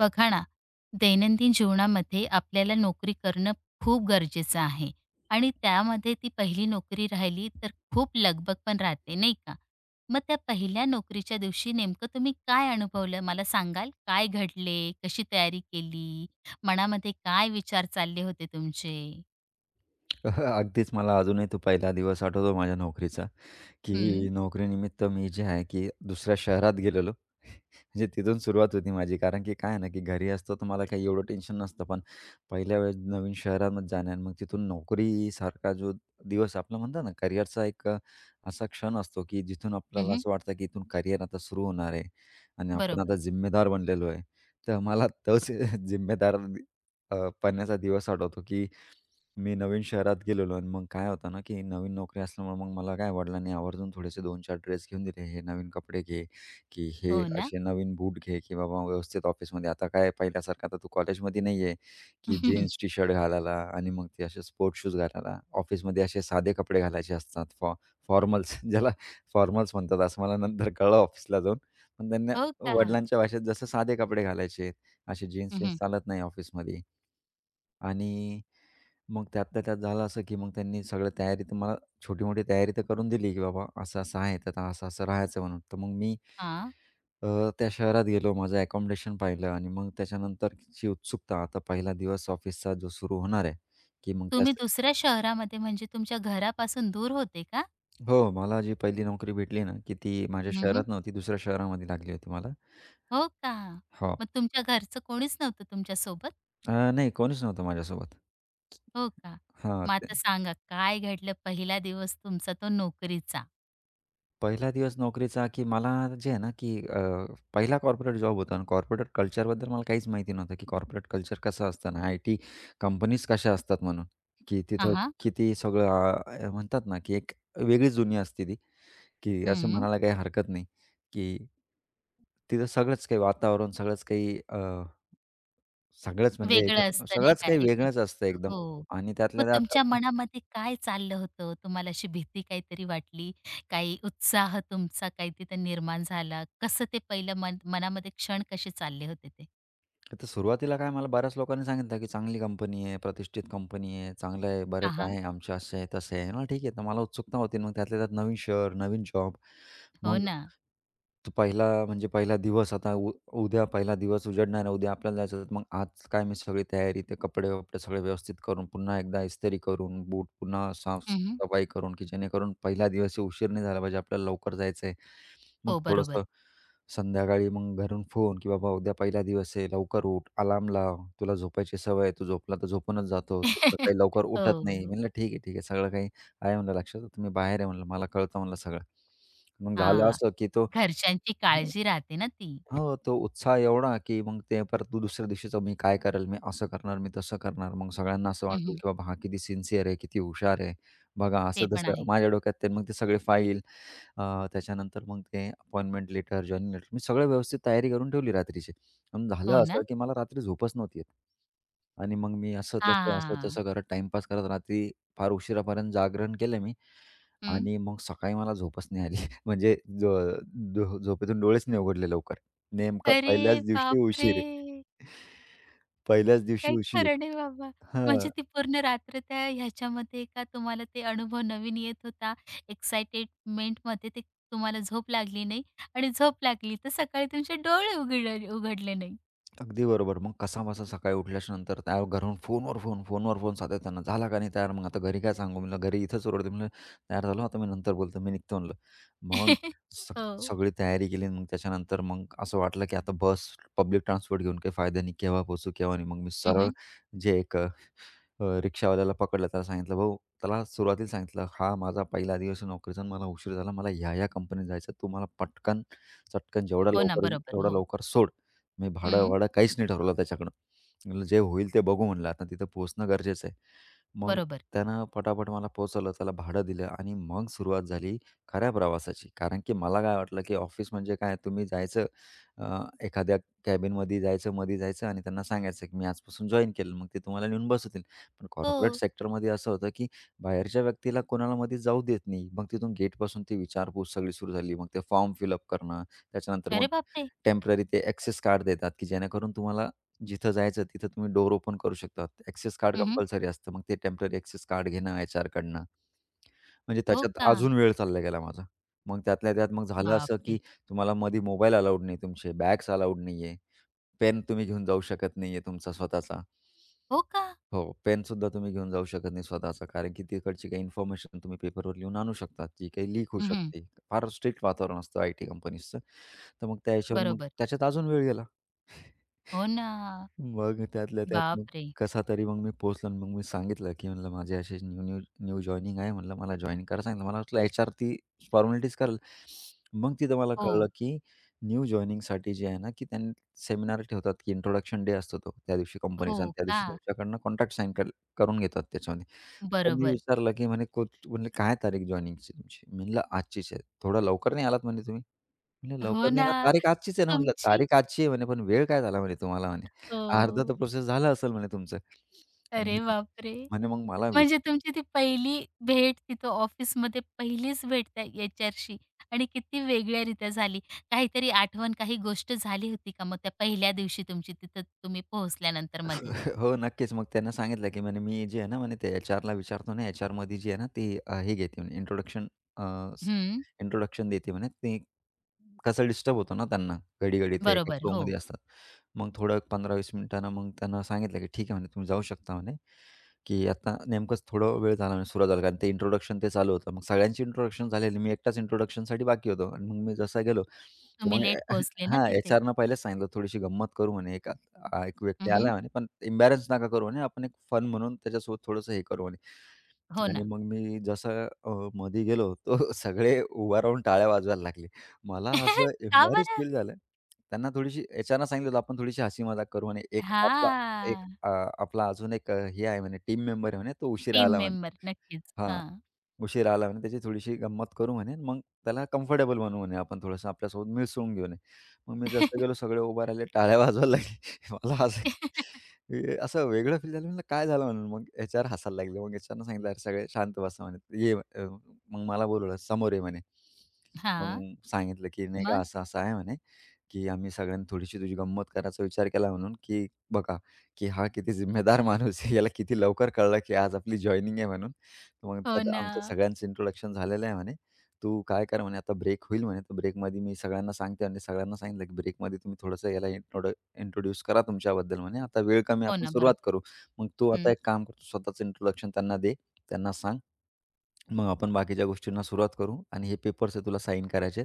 बघा ना, दैनंदिन जीवनामध्ये आपल्याला नोकरी करणं खूप गरजेचं आहे. आणि त्यामध्ये ती पहिली नोकरी राहिली तर खूप लगबग पण राहते, नाही का? मग त्या पहिल्या नोकरीच्या दिवशी नेमकं तुम्ही काय अनुभवलं मला सांगाल? काय घडले? कशी तयारी केली? मनामध्ये काय विचार चालले होते तुमचे? अगदीच मला अजूनही तो पहिला दिवस आठवतो माझ्या नोकरीचा, हं, की नोकरीनिमित्त मी जे आहे की दुसऱ्या शहरात गेलेलो. म्हणजे तिथून सुरुवात होती माझी. कारण की काय आहे ना, की घरी असतो तर मला काही एवढं टेन्शन नसतं. पण पहिल्या वेळेस नवीन शहरामध्ये जाणं आणि मग तिथून नोकरीसारखा जो दिवस आपला म्हणतात ना, करिअरचा एक असा क्षण असतो, की जिथून आपल्याला हं, असं वाटतं, की इथून करिअर आता सुरू होणार आहे आणि आपण बरोबर. आता जिम्मेदार बनलेलो आहे. तर मला तोच जिम्मेदार अ, दिवस आठवतो, की मी नवीन शहरात गेलेलो आणि मग काय होतं ना, की नवीन नोकरी असल्यामुळे मग मला काय वडिलांनी आवर्जून थोडेसे दोन 4 ड्रेस घेऊन दिले. हे नवीन कपडे घे, की हे हो ना? असे नवीन बूट घे, की बाबा व्यवस्थित ऑफिसमध्ये आता काय पहिल्यासारखं आता तू कॉलेजमध्ये नाही आहे, की जीन्स टी-शर्ट घालायला आणि मग ते असे स्पोर्ट्स शूज घालायला. ऑफिसमध्ये असे साधे कपडे घालायचे असतात. फॉर्मल्स ज्याला फॉर्मल्स म्हणतात असं मला नंतर कळलं ऑफिसला जाऊन. पण त्यांना हो का? वडिलांच्या भाषेत जसं साधे कपडे घालायचे, असे हं, जीन्स-विन्स हं. चालत नाही ऑफिसमध्ये. आणि मग त्यातल्या त्यात झालं असं, की मग त्यांनी सगळं तयारी तर मला छोटी-मोठी तयारी तर करून दिली, की बाबा असं-असं आहे, तर आता असं-असं राहायचं म्हणून. तर मग मी त्या शहरात गेलो, माझं अकोमोडेशन पाहिलं आणि मग त्याच्यानंतरची उत्सुकता, आता पहिला दिवस ऑफिसचा जो सुरू होणार आहे, की मग तुम्ही त्याच. दुसऱ्या शहरामध्ये म्हणजे तुमच्या घरापासून दूर होते का? हो, मला जी पहिली नोकरी भेटली ना, की ती माझ्या शहरात नव्हती, दुसऱ्या शहरामध्ये लागली होती मला. हो का? हो. मग तुमच्या घरचं कोणीच नव्हतं तुमच्यासोबत? नाही कोणीच नव्हतं माझ्यासोबत. हो का? हां. मग आता सांगा काय घडलं पहिला दिवस तुमचा तो नोकरीचा? पहिला दिवस नोकरीचा, की मला जे आहे ना, की पहिला कॉर्पोरेट जॉब होता आणि कॉर्पोरेट कल्चरबद्दल मला काहीच माहिती नव्हतं, की कॉर्पोरेट कल्चर कसं असतं आणि आयटी कंपनीज कशा असतात म्हणून, की हां, तिथं हां. किती सगळं म्हणतात ना, की एक वेगळीच दुनिया असते ती, की असं हं. म्हणायला काही हरकत नाही, की तिथं सगळंच काही वातावरण, सगळंच काही सगळंच म्हणजे वेगळं एकूण असतं नाही सगळंच का काही एक वेगळंच असतं एकदम हो. आणि मग त्यातल्या त्यात तुमच्या आपण. मनामध्ये काय चाललं होतं? तुम्हाला अशी भीती काहीतरी वाटली? काही उत्साह तुमचा काही तिथं निर्माण झाला? कसं ते पहिलं मनामध्ये क्षण कसे चालले होते ते? तर सुरुवातीला काय मला बऱ्याच लोकांनी सांगितलं, की "चांगली कंपनी आहे, प्रतिष्ठित कंपनी आहे, चांगलं आहे, बरेच हां, आहे, आमचे असे आहे, तसे आहे." म्हणलं, "ठीक आहे." तर मला उत्सुकता होती. मग त्यातल्या त्यात नवीन शहर, नवीन जॉब. हो मग ना. तो पहिला म्हणजे पहिला दिवस आता उद्या पहिला दिवस उजडणार आहे. उद्या आपल्याला जायचं होतं. मग आज काय मी सगळी तयारी ते कपडे-वपडे सगळे व्यवस्थित करून, पुन्हा एकदा इस्त्री करून, बूट पुन्हा साफ हं, करून की जेणेकरून पहिला दिवस उशीर नाही झाला पाहिजे. आपल्याला लवकर जायचं आहे. मग हो, थोडंसं बरोबर. संध्याकाळी मग घरून फोन की "बाबा उद्या पहिला दिवस आहे. लवकर उठ. अलार्म लाव. तुला झोपायची सवय आहे. तू झोपला तर झोपूनच जातो. तू सकाळी लवकर हो. उठत नाही." म्हणलं "ठीक आहे, ठीक आहे. सगळं काही आहे म्हणलं लक्षात. तुम्ही बाहेर आहे म्हणलं. मला कळतं म्हणलं सगळं." मग झालं हां. असं की तो. घरच्यांची काळजी राहते ना ती. हो, तो उत्साह एवढा, की मग ते परत तू दुसऱ्या दिवशीचं मी काय करेल, मी असं करणार, मी तसं करणार. मग सगळ्यांना असं वाटेल, हं, की बाबा हा किती सिन्सिअर आहे, किती हुशार आहे. बघा ते पण असं-तसं आहे. माझ्या डोक्यात ते मग ते सगळे फाईल. अ, त्याच्यानंतर मग ते अपॉइंटमेंट लेटर, जॉइनिंग लेटर मी सगळं व्यवस्थित तयारी करून ठेवली रात्रीची. पण हो झालं असं, ना? की मला रात्री झोपच नव्हती येत. आणि मग मी असं-तसं, हां. असं-तसं करत टाईमपास करत रात्री फार उशिरापर्यंत जागरण केलं मी. हं. आणि मग सकाळी मला झोपच नाही आली. म्हणजे झो झो झोपेतून डोळेच नाही उघडले लवकर. नेमका अरे पहिल्याच दिवशी बापरे! उशीर. पहिल्याच दिवशी काही उशीर. खरं नाही बाबा. हां, म्हणजे ती पूर्ण रात्र त्या ह्याच्यामध्ये का तुम्हाला ते अनुभव नवीन येत होता. एक्साइटेडमेंटमध्ये ते तुम्हाला झोप लागली नाही आणि झोप लागली तर सकाळी तुमचे डोळे उघडले नाही. अगदी बरोबर. मग कसाबसा सकाळी उठल्याच्या नंतर त्या घरून फोनवर फोन, फोनवर फोन सातत्यानं. झाला का नाही तयार? मग आता घरी काय सांगू? म्हणलं घरी इथंच ओरडते. म्हणलं तयार झालो आता मी नंतर बोलतो. मी निघतो म्हणलं. मग सग हो. सगळी तयारी केली. मग त्याच्यानंतर मग असं वाटलं की आता बस, पब्लिक ट्रान्सपोर्ट घेऊन काही फायदा नाही. केव्हा पोहोचू, केव्हा नाही. मग मी सरळ हं, जे एक रिक्षावाल्याला पकडलं. त्याला सांगितलं, "भाऊ" त्याला सुरुवातीला सांगितलं, "हा माझा पहिला दिवस आहे नोकरीचा आणि मला उशीर झाला. मला ह्या-ह्या कंपनीत जायचं. तू मला पटकन, चटकन जेवढा हो ना. लवकर येईल बरोबर. तेवढा हो. लवकर सोड." मी हं. भाडं-वाडं काहीच नाही ठरवलं त्याच्याकडं. म्हणलं, "जे होईल ते बघू" म्हणलं, "आता तिथं पोहोचणं गरजेचं आहे." मग बरोबर. त्यानं पटापट मला पोहोचवलं. त्याला भाडं दिलं आणि मग सुरुवात झाली खऱ्या प्रवासाची. कारण की मला काय वाटलं, की ऑफिस म्हणजे काय तुम्ही जायचं अ, एखाद्या कॅबिनमध्ये जायचं, मध्ये जायचं आणि त्यांना सांगायचं, की मी आजपासून जॉइन केलं. मग ते तुम्हाला नेऊन बसवतील. पण कॉर्पोरेट हो. सेक्टरमध्ये असं होतं, की बाहेरच्या व्यक्तीला कोणाला मध्ये जाऊ देत नाही. मग तिथून गेटपासून ती विचारपूस सगळी सुरू झाली. मग ते फॉर्म फिलअप करणं, त्याच्यानंतर मग अरे बापरे! टेम्पररी ते ॲक्सेस कार्ड देतात, की जेणेकरून तुम्हाला जिथं जायचं तिथं तुम्ही डोर ओपन करू शकता. ॲक्सेस कार्ड हं, कंपल्सरी असतं. मग ते टेम्पररी ॲक्सेस कार्ड घेणं एचआरकडनं. म्हणजे हो त्याच्यात का? अजून वेळ चालला गेला माझा. मग त्यातल्या त्यात मग झालं असं, की बापरे! तुम्हाला मध्ये मोबाईल अलाऊड नाही, तुमचे बॅग्स अलाऊड नाहीये, पेन तुम्ही घेऊन जाऊ शकत नाहीये तुमचा स्वतःचा. हो का? हो, पेनसुद्धा तुम्ही घेऊन जाऊ शकत नाही स्वतःचा. कारण की तिकडची काही इन्फॉर्मेशन तुम्ही पेपरवर लिहून आणू शकता, जी काही लीक होऊ शकते. फार स्ट्रिक्ट वातावरण असतं आयटी कंपनीजचं. तर मग त्या हिशोबाने मग बरोबर. त्याच्यात अजून वेळ गेला. हो ना. मग त्यातल्या त्यात मग बापरे! कसा तरी मग मी पोहोचलो आणि मग मी सांगितलं, की म्हणलं माझे असे न्यू न्यू न्यू जॉइनिंग आहे म्हणलं मला जॉइन करा सांगितलं. मला वाटलं एचआर ती फॉर्मॅलिटीज करेल. मग तिथं मला कळलं, हो, की न्यू जॉइनिंगसाठी जे आहे ना, की त्यांनी सेमिनार ठेवतात, की इंट्रोडक्शन डे असतो तो त्या दिवशी हो कंपनीचा आणि त्या का? दिवशी तुमच्याकडनं कॉन्ट्रॅक्ट साइन करून घेतात त्याच्यामध्ये. त्यांनी बरोबर. विचारलं, की म्हणे कोच म्हणले, "काय तारीख जॉइनिंगची तुमची?" म्हणलं, "आजचीच आहे." "थोडा लवकर नाही आलात म्हणे तुम्ही." म्हटलं हो लवकर नाही ना. आला, तारीख आजचीच आहे ना म्हटलं. तुमची तारीख आजची आहे म्हणे, पण वेळ काय झाला म्हणे तुम्हाला म्हणे. अर्धा तर हो. प्रोसेस झाला असेल म्हणे तुमचं. अरे म्हण- बापरे! म्हणे मग मला म्हणजे तुमची ती पहिली भेट तिथं ऑफिसमध्ये पहिलीच भेट त्या एचआरशी आणि किती वेगळ्यारीत्या झाली. काहीतरी आठवण, काही गोष्ट झाली होती का मग त्या पहिल्या दिवशी तुमची तिथं तुम्ही पोहोचल्यानंतर मध्ये? हो, नक्कीच. मग त्यांना सांगितलं, की म्हणे मी जे आहे ना म्हणे ते एचआरला विचारतो ना, एचआरमध्ये जी आहे ना ती हे घेते म्हणे इंट्रोडक्शन हं. इंट्रोडक्शन देते म्हणे. ते कसं डिस्टर्ब होतं ना त्यांना, घडी-घडी ते एका नक्कीच. बरोबर. हो. फ्लोमध्ये असतात. मग थोडं 15-20 मिनिटानं मग त्यांना सांगितलं, की "ठीक आहे," म्हणे, "तुम्ही जाऊ शकता," म्हणे, की "आता नेमकंच थोडा वेळ झाला," म्हणे, "सुरू झाला." कारण ते इंट्रोडक्शन ते चालू होतं. मग सगळ्यांची इंट्रोडक्शन झालेली. मी एकटाच इंट्रोडक्शनसाठी बाकी होतो. आणि मग मी जसा गेलो, तर तुम्ही मग लेट पोहोचले ना हां, तिथे. एचआरनं पहिलेच सांगितलं, "थोडीशी गंमत करू," म्हणे, "एक एक व्यक्ती हं, आला," म्हणे, "पण एम्बॅरन्स नका करू," म्हणे, "आपण एक फन म्हणून त्याच्यासोबत थोडंसं हे करू," म्हणे. हो आणि ना. मग मी जसं मध्ये गेलो, तर सगळे उभा राहून टाळ्या वाजवायला लागले. मला असं का एम्बॅरेस बरं? फील झालं. त्यांना थोडीशी एचआरना सांगितलं होतं, आपण थोडीशी हसी-मजाक करू म्हणे. एक आपला एक हां. आपला अजून एक हे आहे म्हणे, टीम मेंबर आहे म्हणे, तो उशिरा टीम आला म्हणे. मेंबर नक्कीच. हां, हां. उशिरा आला म्हणे, त्याची थोडीशी गंमत करू म्हणे. मग त्याला कम्फर्टेबल बनवू म्हणे, आपण थोडंसं आपल्यासोबत मिसळून घेऊ म्हणे. मग मी जसं गेलो सगळे उभे राहिले, टाळ्या वाजवायला लागले. मला असं हे असं वेगळं फील झालं. म्हणलं काय झालं म्हणून? मग एचआर हसायला लागले. मग एचआरनं सांगितलं, "अरे सगळे शांत बसा" म्हणे. "ये" मग मला बोलवलं, "समोर ये" म्हणे. मग हां. सांगितलं, की नाही का मग? असं-असं आहे म्हणे, की आम्ही सगळ्यांनी थोडीशी तुझी गंमत करायचा विचार केला म्हणून, की बघा, की हा किती जिम्मेदार माणूस आहे. याला किती लवकर कळलं, की आज आपली जॉइनिंग आहे म्हणून. तर मग हो त्यात ना. आमचं सगळ्यांचं इंट्रोडक्शन झालेलं आहे म्हणे. तू काय कर म्हणे आता ब्रेक होईल म्हणे, तर ब्रेकमध्ये मी सगळ्यांना सांगते आणि सगळ्यांना सांगितलं, की ब्रेकमध्ये तुम्ही थोडंसं याला इंट्रोड्यूस करा तुमच्याबद्दल म्हणे. आता वेळ कमी हो आपण ना, सुरुवात बरोबर. करू. मग तू आता हं. एक काम कर, स्वतःचं इंट्रोडक्शन त्यांना दे, त्यांना सांग. मग आपण बाकीच्या गोष्टींना सुरुवात करू आणि हे पेपर्स आहे तुला साइन करायचे.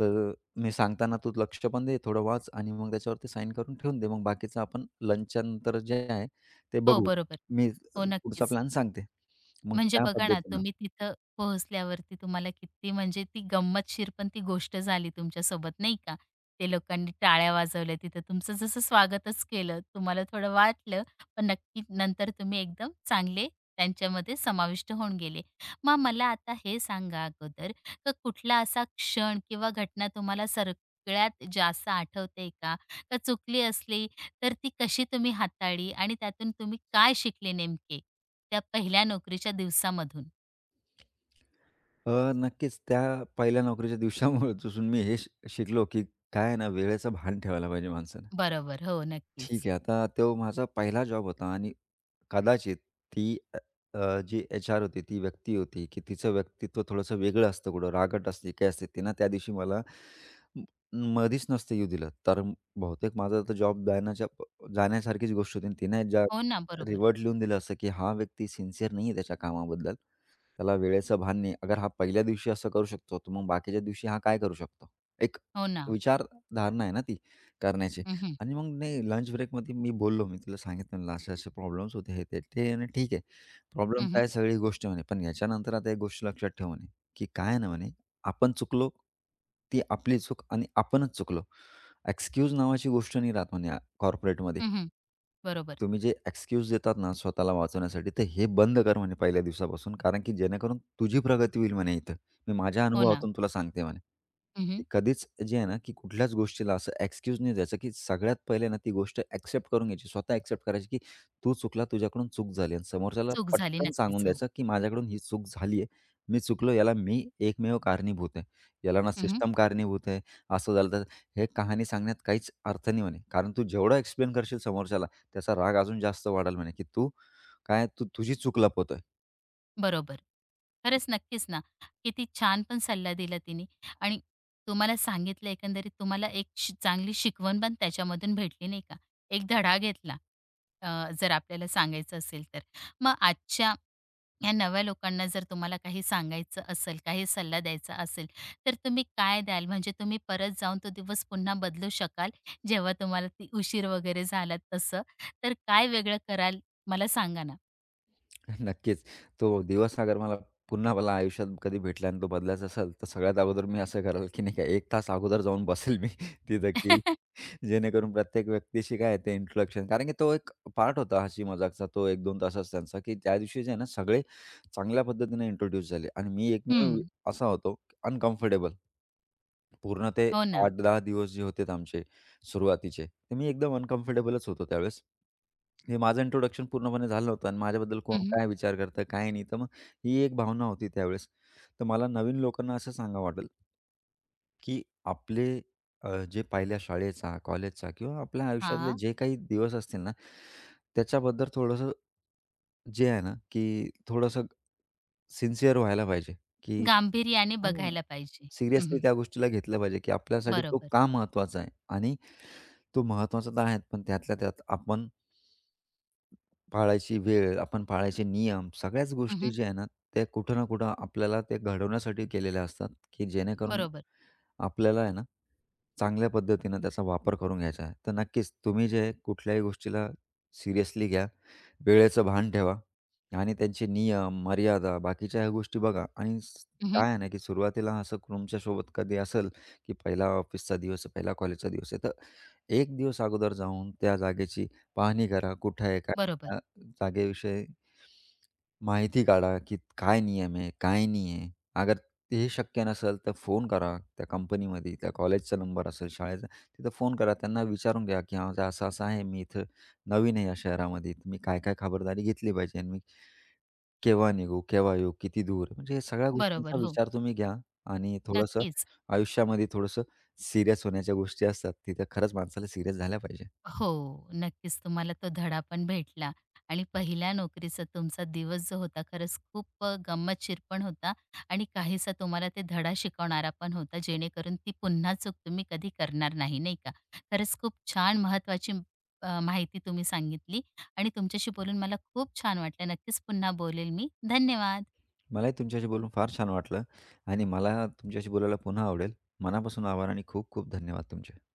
तर मी सांगताना, "तू लक्ष पण दे, थोडं वाच आणि मग त्याच्यावरती साईन करून ठेवून दे. मग बाकीचं आपण लंचच्या नंतर जे आहे ते हो, बघू. बरोबर. मी हो, पुढचा नक्कीच. प्लॅन सांगते." मग म्हणजे त्या बघा ना, पद्धतीनं. तुम्ही तिथं पोहोचल्यावरती तुम्हाला किती म्हणजे ती गंमतशीर पण ती गोष्ट झाली तुमच्यासोबत नाही का? ते लोकांनी टाळ्या वाजवल्या तिथं तुमचं जसं स्वागतच केलं. तुम्हाला थोडं वाटलं, पण नक्की नंतर तुम्ही एकदम चांगले त्यांच्यामध्ये समाविष्ट होऊन गेले. मग मला आता हे सांगा अगोदर, का कुठला असा क्षण किंवा घटना तुम्हाला सगळ्यात जास्त आठवते का? का चुकली असली तर ती कशी तुम्ही हाताळली आणि त्यातून तुम्ही काय शिकले नेमके? त्या पहिल्या नोकरीच्या दिवसामधून? नक्कीच त्या पहिल्या नोकरीच्या दिवसापासून मी हे शिकलो, की काय आहे ना, वेळेचं भान ठेवायला पाहिजे माणसानं. बरोबर. हो, ठीक नक्कीच. आहे, आता तो माझा पहिला जॉब होता आणि कदाचित ती अ, अ, जी एच-आर होती, ती व्यक्ती होती, की तिचं व्यक्तित्व थोडंसं वेगळं असतं कुठं, रागट असते, काय असते. तिनं त्या दिवशी मला म मधीच नसतं येऊ दिलं. तर बहुतेक माझा तर जॉब जाण्याच्या जाण्यासारखीच गोष्ट होती आणि तिने ज्या हो ना, बरोबर. रिव्हर्ट लिहून दिलं असतं, की हा व्यक्ती सिन्सिअर नाही आहे त्याच्या कामाबद्दल. त्याला वेळेचं भान नाही. अगर हा पहिल्या दिवशी असं करू शकतो, तर मग बाकीच्या दिवशी हा काय करू शकतो? एक हो ना. विचारधारणा आहे ना ती करण्याची. हं, हं. आणि मग नाही लंच ब्रेकमध्ये मी बोललो, मी तिला सांगितलं म्हणलं असे-असे प्रॉब्लेम्स होते हे, ते. ते म्हणे ठीक आहे. प्रॉब्लेम्स हं, आहे सगळी गोष्ट म्हणे, पण याच्यानंतर आता एक गोष्ट लक्षात ठेव म्हणे, की काय आहे ना म्हणे, आपण चुकलो, ती आपली चूक आणि आपणच चुकलो. एक्सक्यूज नावाची गोष्ट नाही राहत म्हणे कॉर्पोरेटमध्ये. बरोबर. तुम्ही जे एक्सक्यूज देतात ना स्वतःला वाचवण्यासाठी, तर हे बंद कर म्हणे पहिल्या दिवसापासून, कारण की जेणेकरून तुझी प्रगती होईल म्हणे इथं. मी माझ्या हो ना. अनुभवातून तुला सांगते म्हणे. हं, कधीच जे आहे ना, की कुठल्याच गोष्टीला असं एक्सक्यूज नाही द्यायचं, की सगळ्यात पहिले ना ती गोष्ट एक्सेप्ट करून घ्यायची. स्वतः एक्सेप्ट करायची, की तू चुकला, तुझ्याकडून चूक झाली आणि समोरच्याला चूक झाली पटकन सांगून नक्कीच. हो. द्यायचं, की माझ्याकडून ही चूक झाली आहे. मी चुकलो, याला मी एकमेव कारणीभूत आहे. याला ना हं, सिस्टम कारणीभूत आहे. असं झालं तर हे कहाणी सांगण्यात काहीच अर्थ नाही म्हणे. कारण तू जेवढं एक्सप्लेन करशील समोरच्याला, त्याचा राग अजून जास्त वाढेल म्हणे, की तू काय तू तुझी चूक लपवतोय. बरोबर. खरंच नक्कीच ना. किती छान पण सल्ला दिला तिने आणि तुम्हाला सांगितलं एकंदरीत तुम्हाला एक चांगली शिकवण पण त्याच्यामधून भेटली नाही का? एक धडा घेतला अ, जर आपल्याला सांगायचं असेल तर. मग आजच्या या नव्या लोकांना जर तुम्हाला काही सांगायचं असेल, काही सल्ला द्यायचा असेल, तर तुम्ही काय द्याल? म्हणजे तुम्ही परत जाऊन तो दिवस पुन्हा बदलू शकाल, जेव्हा तुम्हाला ती उशीर वगैरे झाला तसं, तर काय वेगळं कराल मला सांगा ना? नक्कीच. तो दिवस अगर मला पुन्हा मला आयुष्यात कधी भेटला आणि तो बदलायचा असेल, तर सगळ्यात अगोदर मी असं करेल, की नाही का एक तास अगोदर जाऊन बसेल मी तिथं, की जेणेकरून प्रत्येक व्यक्तीशी काय आहे ते इंट्रोडक्शन कारण की तो एक पार्ट होता हसी मजाकचा तो 1-2 तासाचा त्यांचा, की त्या दिवशी जे आहे ना सगळे चांगल्या पद्धतीने इंट्रोड्यूस झाले आणि मी हं. एकमेव असा होतो अनकम्फर्टेबल. पूर्ण ते हो ना. 8-10 दिवस जे होते आमचे, सुरुवातीचे. तर मी एकदम अनकम्फर्टेबलच होतो त्यावेळेस. हे माझं इंट्रोडक्शन पूर्णपणे झालं नव्हतं आणि माझ्याबद्दल हं, कोण हं. काय विचार करतं, काय नाही. तर मग ही एक भावना होती त्यावेळेस. तर मला नवीन लोकांना असं सांगा वाटेल, की आपले जे पहिल्या शाळेचा, कॉलेजचा किंवा आपल्या आयुष्यातले जे काही दिवस असतील ना, त्याच्याबद्दल थोडंसं जे आहे ना, की थोडंसं सिन्सिअर व्हायला पाहिजे, की गांभीर्याने बघायला पाहिजे. सिरियसली हं, त्या गोष्टीला घेतलं पाहिजे, की आपल्यासाठी तो बरोबर. का महत्त्वाचा आहे आणि तो महत्त्वाचा तर आहेत, पण त्यातल्या त्यात आपण पाळायची वेळ, आपण पाळायचे नियम, सगळ्याच गोष्टी हं, ज्या आहे ना, त्या कुठं ना कुठं आपल्याला ते घडवण्यासाठी केलेल्या असतात, की जेणेकरून बरोबर. आपल्याला आहे ना, चांगल्या पद्धतीनं त्याचा वापर करून घ्यायचा आहे. तर नक्कीच तुम्ही जे आहे कुठल्याही गोष्टीला सिरियसली घ्या. वेळेचं भान ठेवा आणि त्यांचे नियम, मर्यादा बाकीच्या ह्या गोष्टी बघा आणि हं, काय आहे ना, की सुरुवातीला असं तुमच्यासोबत कधी असेल, की पहिला ऑफिसचा दिवस आहे, पहिला कॉलेजचा दिवस आहे. तर 1 दिवस अगोदर जाऊन त्या जागेची पाहणी करा. कुठं आहे? काय? बरोबर. आहे, त्या जागेविषयी माहिती काढा, की काय नियम आहे, काय नाही आहे. अगर ते शक्य नसेल, तर फोन करा त्या कंपनीमध्ये, त्या कॉलेजचा नंबर असेल, शाळेचा, तिथं फोन करा. त्यांना विचारून घ्या, की माझं असं-असं आहे, मी इथं नवीन आहे या शहरामध्ये, तर मी काय-काय खबरदारी घेतली पाहिजे आणि मी केव्हा निघू, केव्हा येऊ, किती दूर आहे? म्हणजे या सगळ्या गोष्टींचा बरोबर. हो. विचार तुम्ही घ्या आणि थोडंसं नक्कीच. आयुष्यामध्ये थोडंसं सीरियस होण्याच्या गोष्टी असतात, तिथं खरंच माणसाला सीरियस झाल्या पाहिजे. हो, नक्कीच तुम्हाला तो धडा पण भेटला आणि पहिल्या नोकरीचा तुमचा दिवस जो होता खरंच खूप गंमतशीर पण होता आणि काहीसा तुम्हाला ते धडा शिकवणारा पण होता, जेणेकरून ती पुन्हा चूक तुम्ही कधी करणार नाही, नाही का? खरंच खूप छान महत्त्वाची माहिती तुम्ही सांगितली आणि तुमच्याशी बोलून मला खूप छान वाटलं. नक्कीच पुन्हा बोलेल मी. धन्यवाद. मलाही तुमच्याशी बोलून फार छान वाटलं आणि मला तुमच्याशी बोलायला पुन्हा आवडेल. मनापासून आभार आणि खूप खूप धन्यवाद तुमचे.